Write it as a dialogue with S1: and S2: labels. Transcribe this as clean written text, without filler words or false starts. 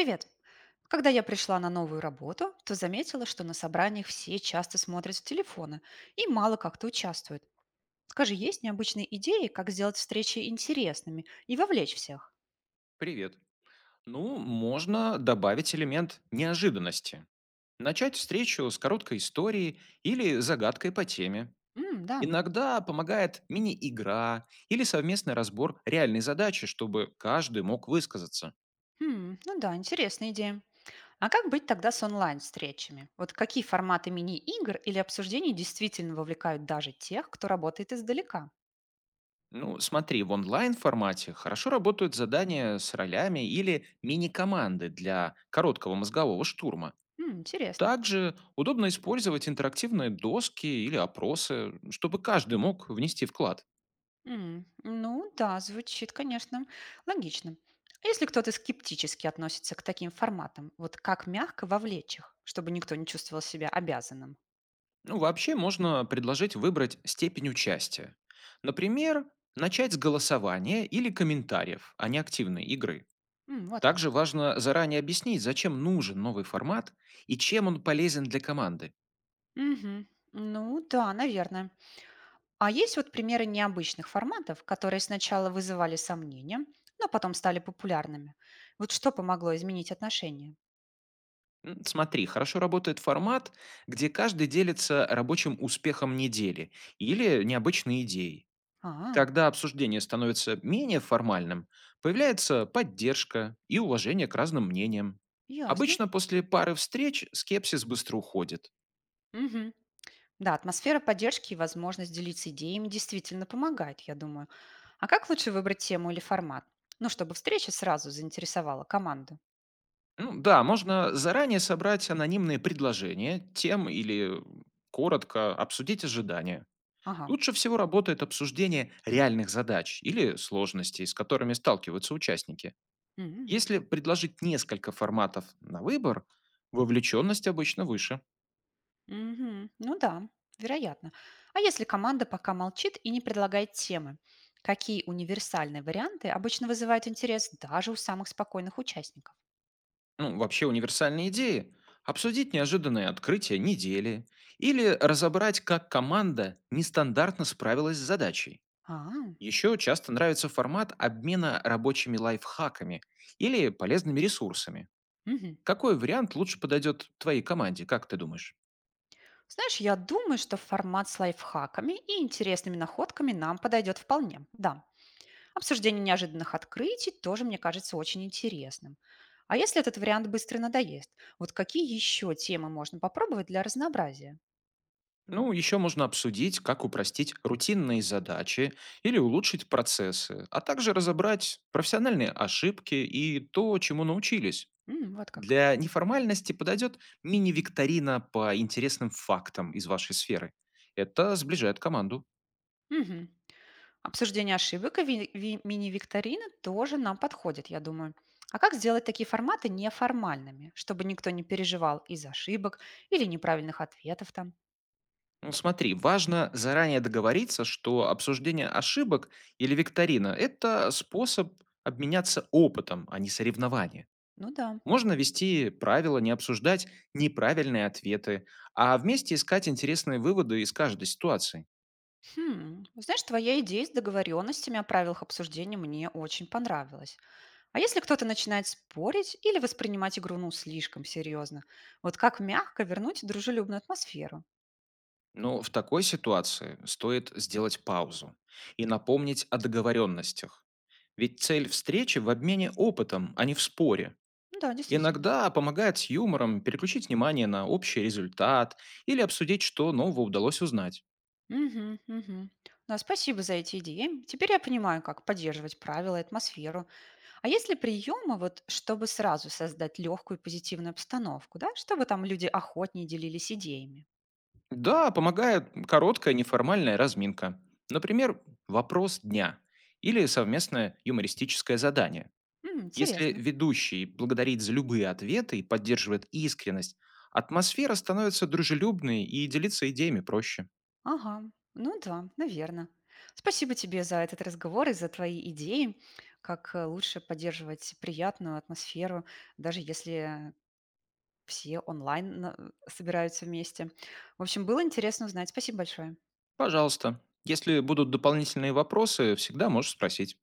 S1: Привет! Когда я пришла на новую работу, то заметила, что на собраниях все часто смотрят в телефоны и мало как-то участвуют. Скажи, есть необычные идеи, как сделать встречи интересными и вовлечь всех?
S2: Привет. Ну, можно добавить элемент неожиданности. Начать встречу с короткой историей или загадкой по теме.
S1: М, да.
S2: Иногда помогает мини-игра или совместный разбор реальной задачи, чтобы каждый мог высказаться.
S1: Ну да, интересная идея. А как быть тогда с онлайн-встречами? Вот какие форматы мини-игр или обсуждений действительно вовлекают даже тех, кто работает издалека?
S2: Ну, смотри, в онлайн-формате хорошо работают задания с ролями или мини-команды для короткого мозгового штурма.
S1: Интересно.
S2: Также удобно использовать интерактивные доски или опросы, чтобы каждый мог внести вклад.
S1: Ну да, звучит, конечно, логично. А если кто-то скептически относится к таким форматам, вот как мягко вовлечь их, чтобы никто не чувствовал себя обязанным?
S2: Ну, вообще можно предложить выбрать степень участия. Например, начать с голосования или комментариев, а не активной игры.
S1: М, вот
S2: Также
S1: как.
S2: важно заранее объяснить, зачем нужен новый формат и чем он полезен для команды.
S1: Мгм. Ну да, наверное. А есть вот примеры необычных форматов, которые сначала вызывали сомнения, но потом стали популярными. Вот что помогло изменить отношения?
S2: Смотри, хорошо работает формат, где каждый делится рабочим успехом недели или необычной идеей.
S1: А,
S2: Когда обсуждение становится менее формальным, появляется поддержка и уважение к разным мнениям.
S1: ясно.
S2: Обычно после пары встреч скепсис быстро уходит.
S1: Мгм. Да, атмосфера поддержки и возможность делиться идеями действительно помогает, я думаю. А как лучше выбрать тему или формат? Ну, чтобы встреча сразу заинтересовала команду.
S2: Ну да, можно заранее собрать анонимные предложения тем или коротко обсудить ожидания.
S1: Ага.
S2: Лучше всего работает обсуждение реальных задач или сложностей, с которыми сталкиваются участники.
S1: Мгм.
S2: Если предложить несколько форматов на выбор, вовлеченность обычно выше.
S1: Мгм. Ну да, вероятно. А если команда пока молчит и не предлагает темы? Какие универсальные варианты обычно вызывают интерес даже у самых спокойных участников?
S2: Ну, вообще универсальные идеи. Обсудить неожиданные открытия недели или разобрать, как команда нестандартно справилась с задачей.
S1: А,
S2: Еще часто нравится формат обмена рабочими лайфхаками или полезными ресурсами.
S1: мгм.
S2: Какой вариант лучше подойдет твоей команде, как ты думаешь?
S1: Знаешь, я думаю, что формат с лайфхаками и интересными находками нам подойдет вполне. Да, обсуждение неожиданных открытий тоже, мне кажется, очень интересным. А если этот вариант быстро надоест, вот какие еще темы можно попробовать для разнообразия?
S2: Ну, еще можно обсудить, как упростить рутинные задачи или улучшить процессы, а также разобрать профессиональные ошибки и то, чему научились.
S1: М, вот как.
S2: Для неформальности подойдет мини-викторина по интересным фактам из вашей сферы. Это сближает команду.
S1: Мгм. Обсуждение ошибок и мини-викторины тоже нам подходит, я думаю. А как сделать такие форматы неформальными, чтобы никто не переживал из ошибок или неправильных ответов там?
S2: Ну, смотри, важно заранее договориться, что обсуждение ошибок или викторина – это способ обменяться опытом, а не соревнование.
S1: Ну да.
S2: Можно вести правила, не обсуждать неправильные ответы, а вместе искать интересные выводы из каждой ситуации.
S1: Хм, знаешь, твоя идея с договоренностями о правилах обсуждения мне очень понравилась. А если кто-то начинает спорить или воспринимать игру, ну, слишком серьезно, вот как мягко вернуть дружелюбную атмосферу?
S2: Но в такой ситуации стоит сделать паузу и напомнить о договоренностях. Ведь цель встречи в обмене опытом, а не в споре.
S1: Ну да, действительно.
S2: Иногда помогает с юмором переключить внимание на общий результат или обсудить, что нового удалось узнать.
S1: Угу, угу. Да, спасибо за эти идеи. Теперь я понимаю, как поддерживать правила и атмосферу. А есть ли приемы, вот, чтобы сразу создать легкую и позитивную обстановку, да, чтобы там люди охотнее делились идеями?
S2: Да, помогает короткая неформальная разминка. Например, вопрос дня или совместное юмористическое задание. Если
S1: Интересно.
S2: ведущий благодарит за любые ответы и поддерживает искренность, атмосфера становится дружелюбной и делиться идеями проще.
S1: Ага, ну да, наверное. Спасибо тебе за этот разговор и за твои идеи, как лучше поддерживать приятную атмосферу, даже если все онлайн собираются вместе. В общем, было интересно узнать. Спасибо большое.
S2: Пожалуйста, если будут дополнительные вопросы, всегда можешь спросить.